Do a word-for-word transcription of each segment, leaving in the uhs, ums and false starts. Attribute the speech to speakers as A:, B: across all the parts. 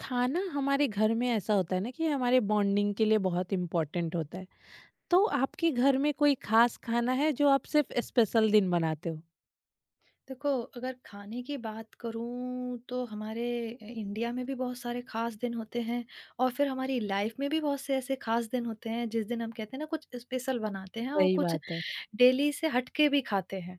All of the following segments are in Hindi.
A: खाना हमारे घर में ऐसा होता है ना कि हमारे बॉन्डिंग के लिए बहुत इम्पोर्टेंट होता है। तो आपके घर में कोई खास खाना है जो आप सिर्फ स्पेशल दिन बनाते हो?
B: देखो, अगर खाने की बात करूँ तो हमारे इंडिया में भी बहुत सारे ख़ास दिन होते हैं और फिर हमारी लाइफ में भी बहुत से ऐसे ख़ास दिन होते हैं जिस दिन हम कहते हैं ना कुछ स्पेशल बनाते हैं और
A: सही
B: कुछ
A: बात है।
B: डेली से हटके भी खाते हैं।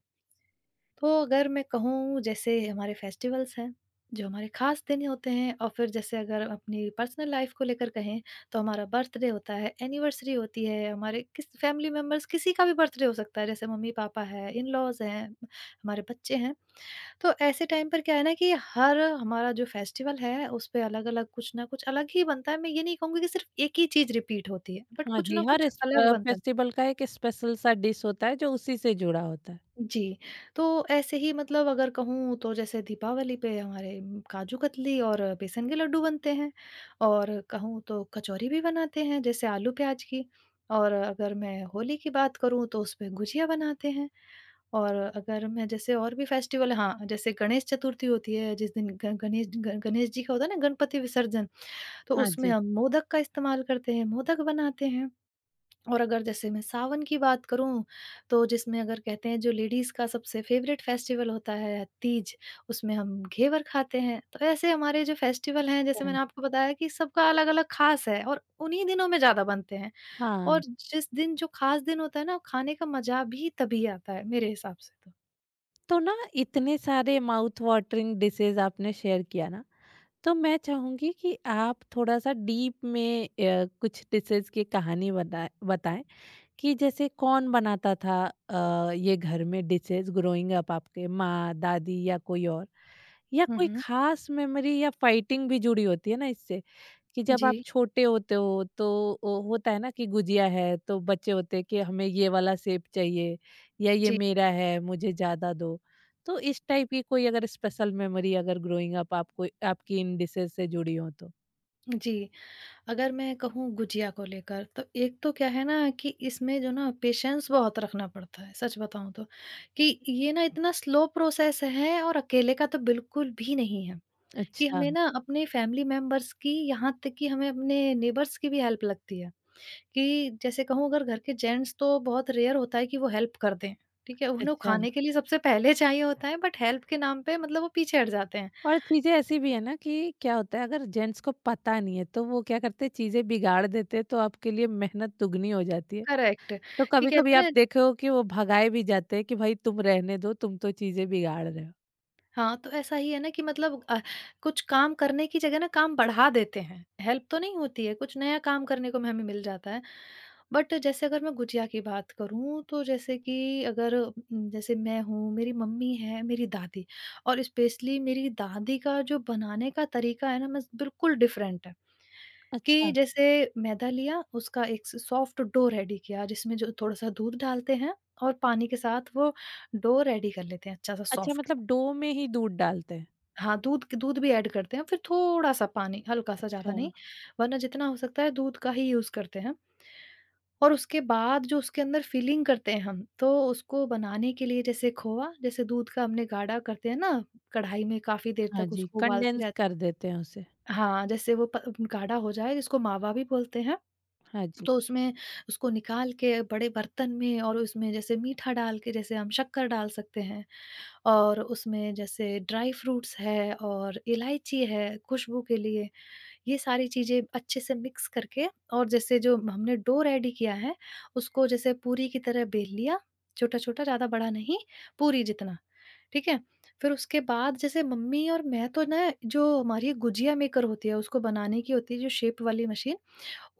B: तो अगर मैं कहूँ जैसे हमारे फेस्टिवल्स हैं, जो हमारे ख़ास दिन होते हैं और फिर जैसे अगर अपनी पर्सनल लाइफ़ को लेकर कहें तो हमारा बर्थडे होता है, एनिवर्सरी होती है, हमारे किस फैमिली मेंबर्स किसी का भी बर्थडे हो सकता है जैसे मम्मी-पापा हैं, इन-लॉज़ हैं, हमारे बच्चे हैं। तो ऐसे टाइम पर क्या है ना कि हर हमारा जो फेस्टिवल है उस पे अलग-अलग कुछ ना कुछ अलग ही बनता है। मैं ये नहीं कहूँगी कि सिर्फ़ एक ही चीज़ रिपीट होती है, बट
A: हाँ
B: कुछ
A: जी,
B: ना
A: हर
B: कुछ अलग बनता है।
A: फेस्टिवल का एक स्पेशल सा डिश होता है जो उसी से जुड़ा होता है।
B: जी, तो ऐसे ही मतलब अगर कहूँ तो जैसे दीपावली पे हमारे म, काजू कतली और बेसन के लड्डू बनते हैं और कहूँ तो कचौरी भी बनाते हैं जैसे आलू प्याज की। और अगर मैं होली की बात करूँ तो उसपे गुजिया बनाते हैं। और अगर मैं जैसे और भी फेस्टिवल, हाँ, जैसे गणेश चतुर्थी होती है जिस दिन ग गणेश ग गणेश जी का होता है ना गणपति विसर्जन, तो
A: हाँ
B: उसमें
A: जी।
B: हम मोदक का इस्तेमाल करते हैं, मोदक बनाते हैं। और अगर जैसे मैं सावन की बात करूँ, तो जिसमें अगर कहते हैं जो लेडीज़ का सबसे फ़ेवरेट फेस्टिवल होता है तीज, उसमें हम घेवर खाते हैं। तो ऐसे हमारे जो फेस्टिवल हैं जैसे
A: हाँ।
B: मैंने आपको बताया कि सबका अलग-अलग ख़ास है और उन्हीं दिनों में ज़्यादा बनते हैं।
A: हाँ,
B: और जिस दिन जो ख़ास दिन होता है ना, खाने का मज़ा भी तभी आता है मेरे हिसाब से तो।
A: तो ना इतने सारे माउथ वाटरिंग डिशेज आपने शेयर किया ना, तो मैं चाहूंगी कि आप थोड़ा सा डीप में अ, कुछ डिशेज की कहानी बता बताएं कि जैसे कौन बनाता था। अ, ये घर में डिशेस ग्रोइंग अप आपके माँ, दादी या कोई और? या
B: हुँ,
A: कोई
B: हुँ।
A: खास मेमोरी या फाइटिंग भी जुड़ी होती है ना इससे, कि जब आप
B: जी।
A: छोटे होते हो तो ओ होता है ना कि गुजिया है तो बच्चे होते हैं कि हमें ये वाला सेब चाहिए या ये
B: जी,
A: मेरा है, मुझे ज़्यादा दो। तो इस टाइप की कोई अगर स्पेशल मेमोरी अगर ग्रोइंग अप आपको आपकी इन डिशेस से जुड़ी हो तो?
B: जी। अगर मैं कहूँ गुजिया को लेकर तो एक तो क्या है ना कि इसमें जो ना पेशेंस बहुत रखना पड़ता है सच बताऊँ तो कि ये ना इतना स्लो प्रोसेस है और अकेले का तो बिल्कुल भी नहीं है कि
A: अच्छा।
B: हमें ना अपने फैमिली मेंबर्स की, यहाँ तक कि हमें अपने नेबर्स की भी हेल्प लगती है। कि जैसे कहूँ अगर घर के जेंट्स तो बहुत रेयर होता है कि वो हेल्प कर दें। ठीक है, उन्हें
A: अच्छा।
B: खाने के लिए सबसे पहले चाहिए होता है बट हेल्प के नाम पे मतलब वो पीछे हट जाते हैं।
A: और चीज़ें ऐसी भी है ना कि क्या होता है, अगर जेंट्स को पता नहीं है तो वो क्या करते हैं, चीज़ें बिगाड़ देते हैं, तो आपके लिए मेहनत दुगनी हो जाती है।
B: करेक्ट,
A: तो
B: कि
A: कभी-कभी
B: कहते हैं
A: आप
B: ना,
A: देखे हो कि वो भगाए भी जाते हैं कि भाई तुम रहने दो, तुम तो चीज़ें बिगाड़ रहे हो।
B: हाँ, तो ऐसा ही है ना कि मतलब अ, कुछ काम करने की जगह ना काम बढ़ा देते हैं। हेल्प तो नहीं होती है, कुछ नया काम करने को म हमें मिल जाता है। बट जैसे अगर मैं गुजिया की बात करूँ तो जैसे कि अगर उम, जैसे मैं हूँ, मेरी मम्मी है, मेरी दादी, और स्पेशली मेरी दादी का जो बनाने का तरीका है ना मस बिल्कुल डिफरेंट है।
A: अच्छा।
B: कि जैसे मैदा लिया, उसका एक स सॉफ्ट डो रेडी किया जिसमें जो थोड़ा-सा दूध डालते हैं और पानी के साथ वो डो रेडी कर लेते हैं अच्छा सा
A: अच्छा,
B: सॉफ्ट।
A: मतलब डो में ही दूध डालते हैं?
B: हाँ, दूध क दूध भी ऐड करते हैं, फिर थोड़ा-सा पानी, हल्का-सा,
A: अच्छा।
B: ज़्यादा नहीं, वरना जितना हो सकता है दूध का ही यूज़ करते हैं। और उसके बाद जो उसके अंदर फिलिंग करते हैं हम, तो उसको बनाने के लिए जैसे खोआ, जैसे दूध का हमने गाढ़ा करते हैं ना, कढ़ाई में काफ़ी देर
A: हाँ
B: तक
A: जी।
B: उसको उबालते
A: कंडेंस
B: रहते
A: कर देते हैं उसे।
B: हैं। हाँ, जैसे वो प गाढ़ा हो जाए, जिसको मावा भी बोलते हैं,
A: हाँ जी।
B: तो उसमें उसको निकाल के बड़े बर्तन में और उसमें जैसे मीठा डाल के, जैसे हम शक्कर डाल सकते हैं। और उसमें जैसे ड्राई फ्रूट्स है और इलायची है खुशबू के लिए, ये सारी चीज़ें अच्छे से मिक्स करके, और जैसे जो हमने डो रेडी किया है, उसको जैसे पूरी की तरह बेल लिया, छोटा-छोटा, ज़्यादा बड़ा नहीं, पूरी जितना, ठीक है? फिर उसके बाद जैसे मम्मी और मैं तो ना जो हमारी गुजिया मेकर होती है उसको बनाने की होती है जो शेप वाली मशीन,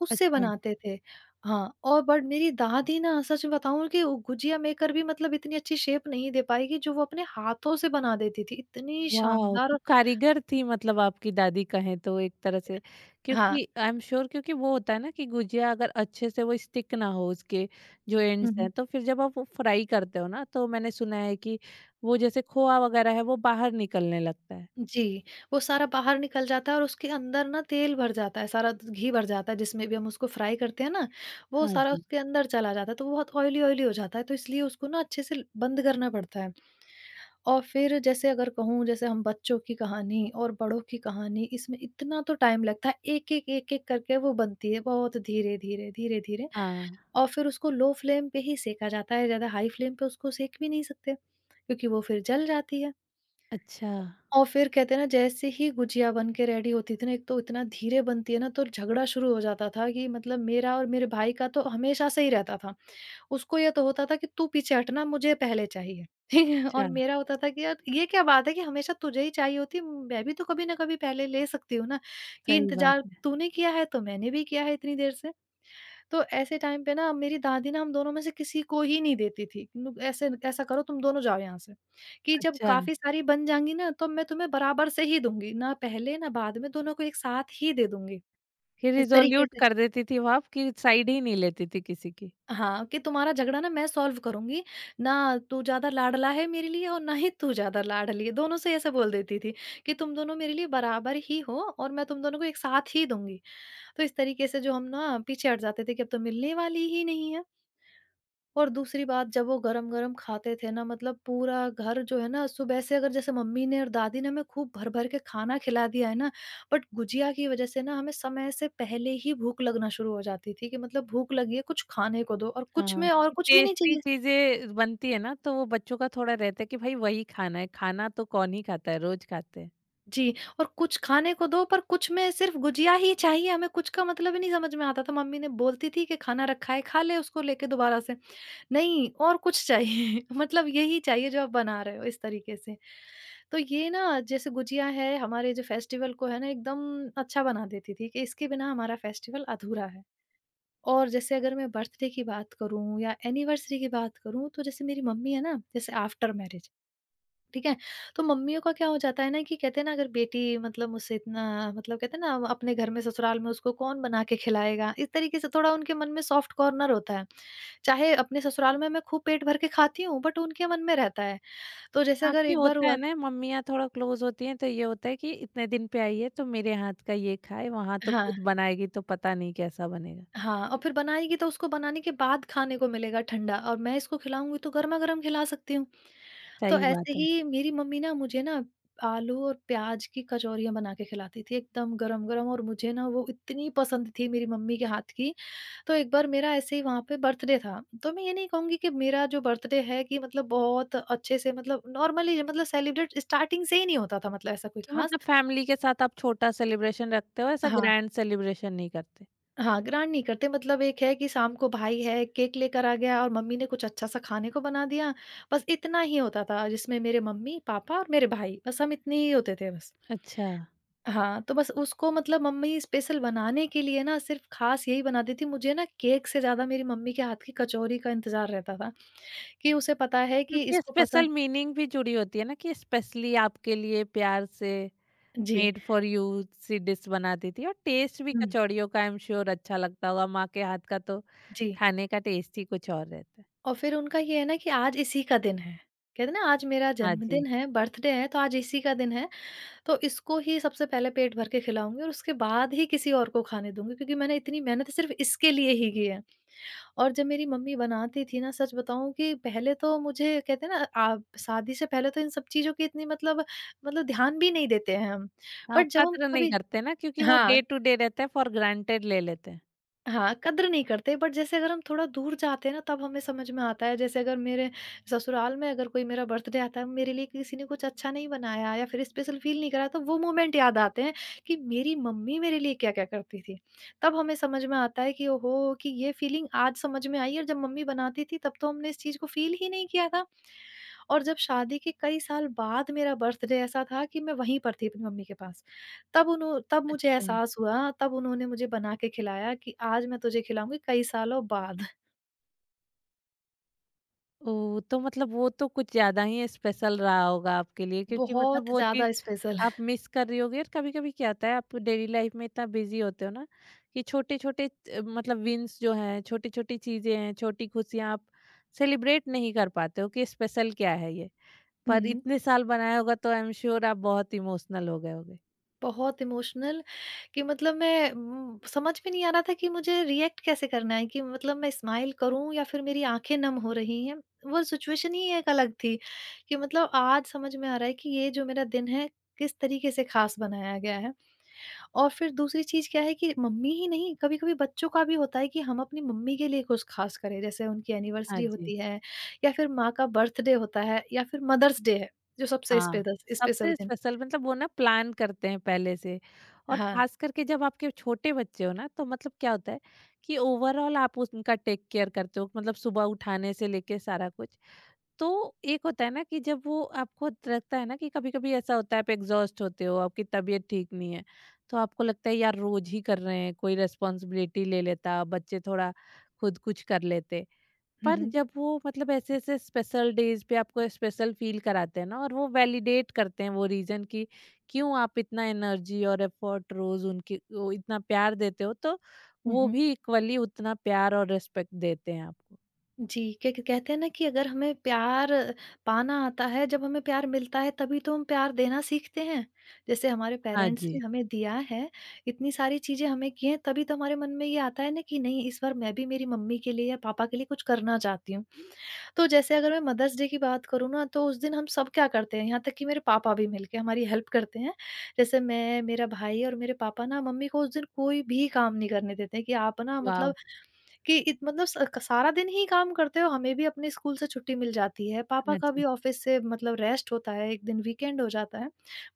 B: उससे
A: अच्छा।
B: बनाते थे। हाँ, और बट मेरी दादी ना सच बताऊँ कि वो गुजिया मेकर भी मतलब इतनी अच्छी शेप नहीं दे पाई कि जो वो अपने हाथों से बना देती थी, इतनी
A: वाओ! तो
B: शानदार।
A: कारीगर थी मतलब आपकी दादी कहें तो एक तरह से,
B: हाँ।
A: क्योंकि आई एम श्योर, क्योंकि वो होता है ना कि गुजिया अगर अच्छे से वो स्टिक ना हो, उसके जो
B: हुँ,
A: एंड्स हैं,
B: हुँ।
A: तो फिर जब आप वो फ्राई करते हो ना, तो मैंने सुना है कि वो जैसे खोआ वगैरह है वो बाहर निकलने लगता है।
B: जी, वो सारा बाहर निकल जाता है और उसके अंदर ना तेल भर जाता है, सारा घी भर जाता है जिसमें भी हम उसको फ्राई करते हैं ना, वो
A: हाँ
B: सारा
A: जी।
B: उसके अंदर चला जाता है, तो वो बहुत ऑयली-ऑयली हो जाता है, तो इसलिए उसको ना अच्छे से बंद करना पड़ता है। और फिर जैसे अगर कहूँ जैसे हम बच्चों की कहानी और बड़ों की कहानी, इसमें इतना तो टाइम लगता है, एक-एक, एक-एक करके वो बनती है बहुत धीरे-धीरे, धीरे-धीरे,
A: हाँ।
B: और फिर उसको लो फ्लेम पे ही सेका जाता है, ज़्यादा हाई फ्लेम पे उसको सेक भी नहीं सकते क्योंकि वो फिर जल जाती है।
A: अच्छा।
B: और फिर कहते हैं ना, जैसे ही गुजिया बन के रेडी होती थी ना, एक तो इतना धीरे बनती है ना तो झगड़ा शुरू हो जाता था कि मतलब मेरा और मेरे भाई का तो हमेशा से ही रहता था। उसको ये तो होता था कि तू पीछे हटना, मुझे पहले चाहिए, ठीक है?
A: अच्छा।
B: और मेरा होता था कि यार ये क्या बात है कि हमेशा तुझे ही चाहिए होती है, मैं भी तो कभी ना कभी पहले ले सकती हूँ ना, कि
A: सही बात
B: इंतज़ार
A: है।
B: तूने किया है तो मैंने भी किया है इतनी देर से। तो ऐसे टाइम पे ना मेरी दादी ना हम दोनों में से किसी को ही नहीं देती थी, नु ऐसे ऐसा करो तुम दोनों जाओ यहाँ से, कि जब
A: अच्छा,
B: काफ़ी सारी बन जाएँगी ना तो मैं तुम्हें बराबर से ही दूँगी, ना पहले ना बाद में, दोनों को एक साथ ही दे दूँगी।
A: फिर
B: इस तरीके
A: रिज़ोल्यूट
B: से,
A: कर देती थी वो आप कि साइड ही नहीं लेती थी किसी की।
B: हाँ, कि तुम्हारा झगड़ा ना मैं सॉल्व करूँगी, ना तू ज़्यादा लाडला है मेरे लिए और ना ही तू ज़्यादा लाडली है। दोनों से ऐसे बोल देती थी कि तुम दोनों मेरे लिए बराबर ही हो और मैं तुम दोनों को एक साथ ही दूँगी। तो इस तरीके से जो हम ना पीछे हट जाते थे कि अब तो मिलने वाली ही नहीं है। और दूसरी बात, जब वो गरम-गरम खाते थे ना, मतलब पूरा घर जो है ना, सुबह से अगर जैसे मम्मी ने और दादी ने हमें खूब भर-भर के खाना खिला दिया है ना, बट गुजिया की वजह से ना हमें समय से पहले ही भूख लगना शुरू हो जाती थी कि मतलब भूख लगी है कुछ खाने को दो और कुछ
A: हाँ।
B: में और कुछ भी नहीं
A: टेस्टी
B: चाहिए।
A: चीज़ें बनती है ना, तो वो बच्चों का थोड़ा रहता है कि भाई वही खाना है, खाना तो कौन ही खाता है, रोज़ खाते हैं।
B: जी, और कुछ खाने को दो पर कुछ में सिर्फ़ गुजिया ही चाहिए हमें, कुछ का मतलब ही नहीं समझ में आता था। मम्मी ने बोलती थी कि खाना रखा है खा ले उसको लेके दोबारा से। नहीं और कुछ चाहिए मतलब यही चाहिए जो आप बना रहे हो इस तरीके से। तो ये ना जैसे गुजिया है हमारे जो फेस्टिवल को है ना एकदम अच्छा बना देती थी कि इसके बिना हमारा फेस्टिवल अधूरा है। और जैसे अगर मैं बर्थडे की बात करूँ या एनिवर्सरी की बात करूँ तो जैसे मेरी मम्मी है ना, जैसे आफ्टर मैरिज, ठीक है? तो मम्मियों का क्या हो जाता है ना कि कहते हैं ना अगर बेटी मतलब मुझसे इतना, मतलब कहते हैं ना अपने घर में ससुराल में उसको कौन बना के खिलाएगा? इस तरीके से थोड़ा उनके मन में सॉफ्ट कॉर्नर होता है। चाहे अपने ससुराल में मैं खूब पेट भर के खाती हूँ बट उनके मन में रहता है। तो जैसे अगर
A: बाकी
B: एक बार
A: होता है
B: हुआ थ
A: ना, मम्मियाँ थोड़ा क्लोज़ होती हैं, तो ये होता है कि इतने दिन पे आई है तो मेरे हाथ का ये खाए, वहाँ तो
B: हाँ।
A: खुद बनाएगी तो पता नहीं कैसा बनेगा।
B: हाँ, और फिर बनाएगी तो उसको बनाने के बाद खाने को मिलेगा ठंडा और मैं इसको खिलाऊँगी तो गरमा-गरम खिला सकती हूँ। तो
A: सही
B: ऐसे
A: बात है।
B: ही मेरी मम्मी ना मुझे ना आलू और प्याज की कचौरियाँ बना के खिलाती थी एकदम गरम-गरम और मुझे ना वो इतनी पसंद थी मेरी मम्मी के हाथ की। तो एक बार मेरा ऐसे ही वहाँ पे बर्थडे था, तो मैं ये नहीं कहूँगी कि मेरा जो बर्थडे है कि मतलब बहुत अच्छे से मतलब नॉर्मली मतलब सेलिब्रेट स्टार्टिंग से ही नहीं होता था मतलब ऐसा कोई
A: कि
B: ख़ास।
A: मतलब फैमिली के साथ आप छोटा सेलिब्रेशन रखते हो, ऐसा
B: हाँ।
A: ग्रैंड सेलिब्रेशन नहीं करते।
B: हाँ, ग्रांड नहीं करते, मतलब एक है कि शाम को भाई है, केक लेकर आ गया और मम्मी ने कुछ अच्छा-सा खाने को बना दिया, बस इतना ही होता था जिसमें मेरे मम्मी, पापा और मेरे भाई, बस हम इतने ही होते थे बस।
A: अच्छा।
B: हाँ, तो बस उसको मतलब मम्मी स्पेशल बनाने के लिए ना सिर्फ़ ख़ास यही बनाती थी, मुझे ना केक से ज़्यादा मेरी मम्मी के हाथ की कचौरी का इंतज़ार रहता था, कि उसे पता है कि
A: क्योंकि
B: इसको
A: स्पेशल
B: पसंद।
A: मीनिंग भी जुड़ी होती है ना कि स्पेशली आपके लिए प्यार से
B: जी।
A: मेड फॉर यू सी डिश बनाती थी। और टेस्ट भी
B: हुँ,
A: कचौड़ियों का आई एम श्योर अच्छा लगता होगा, माँ के हाथ का तो
B: जी।
A: खाने का टेस्ट ही कुछ और रहता है।
B: और फिर उनका ये है ना कि आज इसी का दिन है, कहते हैं ना आज मेरा
A: हाँ जी।
B: जन्मदिन है, बर्थडे है तो आज इसी का दिन है। तो इसको ही सबसे पहले पेट भर के खिलाऊँगी और उसके बाद ही किसी और को खाने दूँगी क्योंकि मैंने इतनी मेहनत सिर्फ़ इसके लिए ही की है। और जब मेरी मम्मी बनाती थी ना सच बताऊँ कि पहले तो मुझे कहते हैं ना आ शादी से पहले तो इन सब चीज़ों की इतनी मतलब, मतलब ध्यान भी नहीं देते हैं हम।
A: हाँ,
B: बट जब हम
A: कद्र नहीं
B: कभी
A: करते ना, क्योंकि वो
B: हाँ,
A: डे टू डे रहता है, फॉर ग्रांटेड ले लेते हैं।
B: हाँ, कद्र नहीं करते, बट जैसे अगर हम थोड़ा दूर जाते हैं ना तब हमें समझ में आता है। जैसे अगर मेरे ससुराल में अगर कोई मेरा बर्थडे आता है, मेरे लिए किसी ने कुछ अच्छा नहीं बनाया या फिर स्पेशल फ़ील नहीं कराया, तो वो मोमेंट याद आते हैं कि मेरी मम्मी मेरे लिए क्या-क्या करती थी। तब हमें समझ में आता है कि ओहो! कि ये फ़ीलिंग आज समझ में आई है, और जब मम्मी बनाती थी तब तो हमने इस चीज़ को फ़ील ही नहीं किया था। और जब शादी के कई साल बाद मेरा बर्थडे ऐसा था कि मैं वहीं पर थी अपनी मम्मी के पास। तब उन्हों तब मुझे
A: अच्छा।
B: एहसास हुआ, तब उन्होंने मुझे बना के खिलाया कि आज मैं तुझे खिलाऊँगी कई सालों बाद।
A: ओह! तो मतलब वो तो कुछ ज़्यादा ही स्पेशल रहा होगा आपके लिए, क्योंकि मतलब
B: बहुत
A: वो चीज़
B: ज़्यादा स्पेशल।
A: आप मिस कर रही होगी। और कभी-कभी क्या होता है, आप डेली लाइफ में इतना बिजी होते हो ना कि छोटे-छोटे अ, मतलब विंस जो हैं, छोटी-छोटी चीजें हैं, छोटी खुशियाँ आप सेलिब्रेट नहीं कर पाते हो कि स्पेशल क्या है ये। पर
B: हुँ,
A: इतने साल बनाया होगा तो आई एम श्योर आप बहुत इमोशनल हो गए होंगे।
B: बहुत इमोशनल। कि मतलब मैं उम, समझ में नहीं आ रहा था कि मुझे रिएक्ट कैसे करना है, कि मतलब मैं स्माइल करूँ या फिर मेरी आँखें नम हो रही हैं। वो सिचुएशन ही एक अलग थी, कि मतलब आज समझ में आ रहा है कि ये जो मेरा दिन है, किस तरीके से खास बनाया गया है। और फिर दूसरी चीज़ क्या है कि मम्मी ही नहीं, कभी-कभी बच्चों का भी होता है कि हम अपनी मम्मी के लिए कुछ ख़ास करें, जैसे उनकी
A: हाँ
B: एनिवर्सरी
A: जी।
B: होती है, या फिर माँ का बर्थडे होता है, या फिर मदर्स डे है, जो सबसे
A: हाँ।
B: स्पेदस स्पेशल
A: सबसे
B: दिन।
A: स्पेशल मतलब वो ना प्लान करते हैं पहले से। और
B: हाँ।
A: खास करके जब आपके छोटे बच्चे हो ना, तो मतलब क्या होता है कि ओवरऑल आप उनका टेक केयर करते हो, मतलब सुबह उठाने से लेके सारा कुछ। तो एक होता है ना कि जब वो आपको लगता है ना कि कभी कभी ऐसा होता है आप एग्जॉस्ट होते हो, आपकी तबीयत ठीक नहीं है, तो आपको लगता है यार रोज ही कर रहे हैं, कोई रेस्पॉन्सिबिलिटी ले लेता, बच्चे थोड़ा खुद कुछ कर लेते।
B: हुँ,
A: पर
B: हुँ।
A: जब वो मतलब ऐसे ऐसे स्पेशल डेज पे आपको स्पेशल फील कराते हैं ना और वो वैलिडेट करते हैं वो रीजन कि क्यों आप इतना एनर्जी और एफर्ट रोज उनकी वो इतना प्यार देते हो, तो
B: हुँ,
A: वो
B: हुँ।
A: भी इक्वली उतना प्यार और रिस्पेक्ट देते हैं आपको।
B: जी। क्या क कहते हैं ना कि अगर हमें प्यार पाना आता है, जब हमें प्यार मिलता है तभी तो हम प्यार देना सीखते हैं। जैसे हमारे
A: हाँ
B: पेरेंट्स
A: जी।
B: ने हमें दिया है, इतनी सारी चीज़ें हमें की हैं, तभी तो हमारे मन में ये आता है ना कि नहीं, इस बार मैं भी मेरी मम्मी के लिए या पापा के लिए कुछ करना चाहती हूँ। तो जैसे अगर मैं मदर्स डे की बात करूँ ना, तो उस दिन हम सब क्या करते हैं, यहाँ तक कि मेरे पापा भी मिलके हमारी हेल्प करते हैं। जैसे मैं, मेरा भाई और मेरे पापा ना मम्मी को उस दिन कोई भी काम नहीं करने देते हैं कि आप ना,
A: वाह।
B: मतलब, कि इत मतलब स क सारा दिन ही काम करते हो, हमें भी अपने स्कूल से छुट्टी मिल जाती है, पापा
A: हाँ
B: का
A: जी।
B: भी ऑफ़िस से मतलब रेस्ट होता है, एक दिन वीकेंड हो जाता है।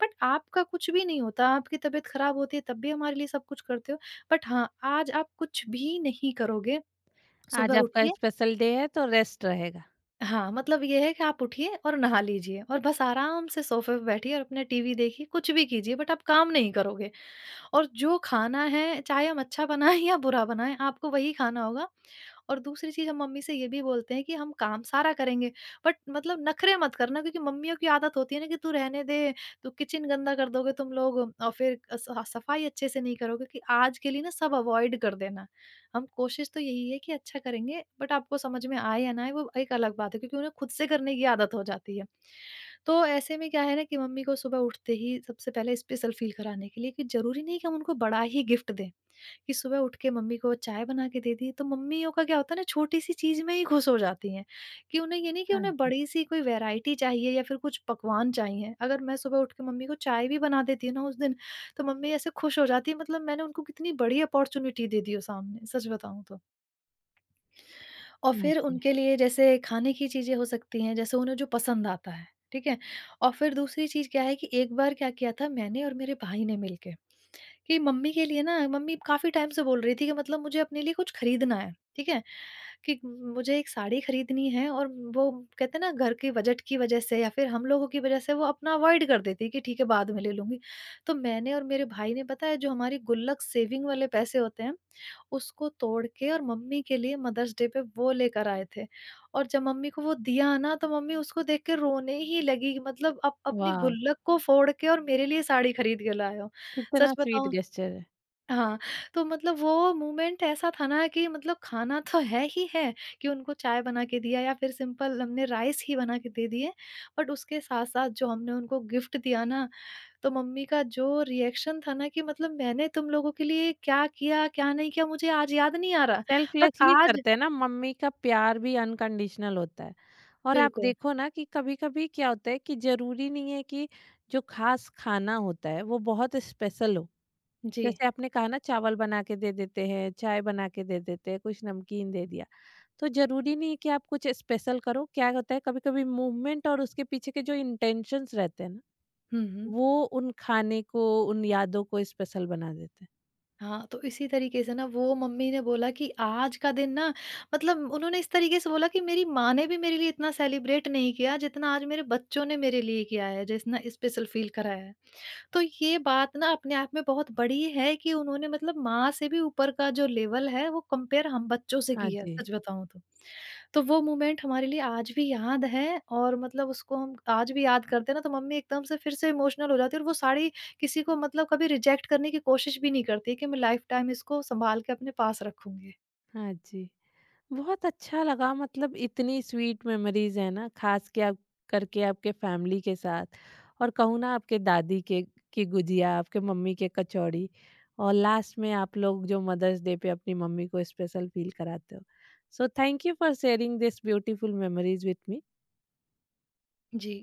B: बट आपका कुछ भी नहीं होता, आपकी तबीयत ख़राब होती है तब भी हमारे लिए सब कुछ करते हो। बट हाँ, आज आप कुछ भी नहीं करोगे, सुबह
A: आज आपका
B: उठिए।
A: स्पेशल डे है तो रेस्ट रहेगा।
B: हाँ, मतलब ये है कि आप उठिए और नहा लीजिए और बस आराम से सोफ़े पे बैठिए और अपने टीवी देखिए, कुछ भी कीजिए, बट आप काम नहीं करोगे। और जो खाना है चाहे हम अच्छा बनाएँ या बुरा बनाएँ, आपको वही खाना होगा। और दूसरी चीज़ हम मम्मी से ये भी बोलते हैं कि हम काम सारा करेंगे, बट मतलब नखरे मत करना, क्योंकि मम्मियों की आदत होती है ना कि तू रहने दे, तू किचन गंदा कर दोगे तुम लोग, और फिर स सफाई अच्छे से नहीं करोगे, कि आज के लिए ना सब अवॉइड कर देना। हम कोशिश तो यही है कि अच्छा करेंगे, बट आपको समझ में आए या ना आए वो एक अलग बात है, क्योंकि उन्हें खुद से करने की आदत हो जाती है। तो ऐसे में क्या है ना कि मम्मी को सुबह उठते ही सबसे पहले स्पेशल फील कराने के लिए, कि ज़रूरी नहीं कि हम उनको बड़ा ही गिफ्ट दें, कि सुबह उठ के मम्मी को चाय बना के दे दी, तो मम्मियों का क्या होता है ना, छोटी-सी चीज़ में ही खुश हो जाती हैं, कि उन्हें ये नहीं कि
A: हाँ
B: उन्हें
A: जी।
B: बड़ी-सी कोई वैरायटी चाहिए या फिर कुछ पकवान चाहिए। अगर मैं सुबह उठ के मम्मी को चाय भी बना देती हूँ ना उस दिन, तो मम्मी ऐसे खुश हो जाती है, मतलब मैंने उनको कितनी बड़ी अपॉर्च्युनिटी दे दी हो सामने, सच बताऊँ तो। और
A: हाँ
B: फिर
A: जी।
B: उनके लिए जैसे खाने की चीज़ें हो सकती हैं, जैसे उन्हें जो पसंद आता है, ठीक है? और फिर दूसरी चीज़ क्या है कि एक बार क्या किया था मैंने और मेरे भाई ने मिलके, कि मम्मी के लिए ना, मम्मी काफ़ी टाइम से बोल रही थी कि मतलब मुझे अपने लिए कुछ खरीदना है, ठीक है? कि मुझे एक साड़ी खरीदनी है, और वो कहते हैं ना घर के बजट की वज़ह से या फिर हम लोगों की वज़ह से वो अपना अवॉइड कर देती है कि ठीक है, बाद में ले लूँगी। तो मैंने और मेरे भाई ने, पता है, जो हमारी गुल्लक सेविंग वाले पैसे होते हैं, उसको तोड़ के और मम्मी के लिए मदर्स डे पे वो लेकर आए थे। और जब मम्मी को वो दिया ना, तो मम्मी उसको देख के रोने ही लगी, कि मतलब आप अपनी
A: वाव!
B: गुल्लक को फोड़ के और मेरे लिए साड़ी खरीद के लाए हो।
A: कितना
B: सच
A: स्वीट
B: बताऊँ।
A: गेस्चर है।
B: हाँ, तो मतलब वो मोमेंट ऐसा था ना कि मतलब खाना तो है ही है, कि उनको चाय बना के दिया या फिर सिंपल हमने राइस ही बना के दे दिए। बट उसके साथ-साथ जो हमने उनको गिफ्ट दिया ना, तो मम्मी का जो रिएक्शन था ना, कि मतलब मैंने तुम लोगों के लिए क्या किया, क्या नहीं किया, मुझे आज याद नहीं आ रहा। बट
A: सेल्फलेसली
B: आज।
A: करते हैं ना, मम्मी का प्यार भी अनकंडीशनल होता है। और आप
B: बिल्कुल।
A: देखो ना कि कभी-कभी क्या होता है कि ज़रूरी नहीं है कि जो खास खाना होता है वो बहुत स्पेशल हो।
B: जी।
A: जैसे आपने कहा ना, चावल बना के दे देते हैं, चाय बना के दे देते हैं, कुछ नमकीन दे दिया। तो ज़रूरी नहीं है कि आप कुछ स्पेशल करो। क्या होता है कभी-कभी मूवमेंट और उसके पीछे के जो इंटेंशंस रहते हैं ना,
B: हुँ, हुँ।
A: वो उन खाने को, उन यादों को स्पेशल बना देते हैं।
B: हाँ, तो इसी तरीके से ना वो मम्मी ने बोला कि आज का दिन ना, मतलब उन्होंने इस तरीके से बोला कि मेरी माँ ने भी मेरे लिए इतना सेलिब्रेट नहीं किया जितना आज मेरे बच्चों ने मेरे लिए किया है, जितना स्पेशल फील कराया है। तो ये बात ना अपने आप में बहुत बड़ी है कि उन्होंने, मतलब, माँ से भी ऊपर का जो लेवल है वो कंपेयर हम बच्चों से
A: हाँ
B: की है,
A: जी।
B: सच बताऊं तो। तो वो मोमेंट हमारे लिए आज भी याद है, और मतलब उसको हम आज भी याद करते हैं ना तो मम्मी एकदम से फिर से इमोशनल हो जाती है, और वो साड़ी किसी को, मतलब, कभी रिजेक्ट करने की कोशिश भी नहीं करती, कि मैं लाइफ टाइम इसको संभाल के अपने पास रखूंगी।
A: हाँ जी। बहुत अच्छा लगा, मतलब इतनी स्वीट मेमोरीज़ है ना, ख़ास के आप करके आपके फैमिली के साथ। और कहूँ ना आपके दादी के की गुजिया, आपके मम्मी के कचौड़ी और लास्ट में आप लोग जो मदर्स डे पे अपनी मम्मी को स्पेशल फ़ील कराते हो। So thank you for sharing this beautiful memories with me.
B: Ji.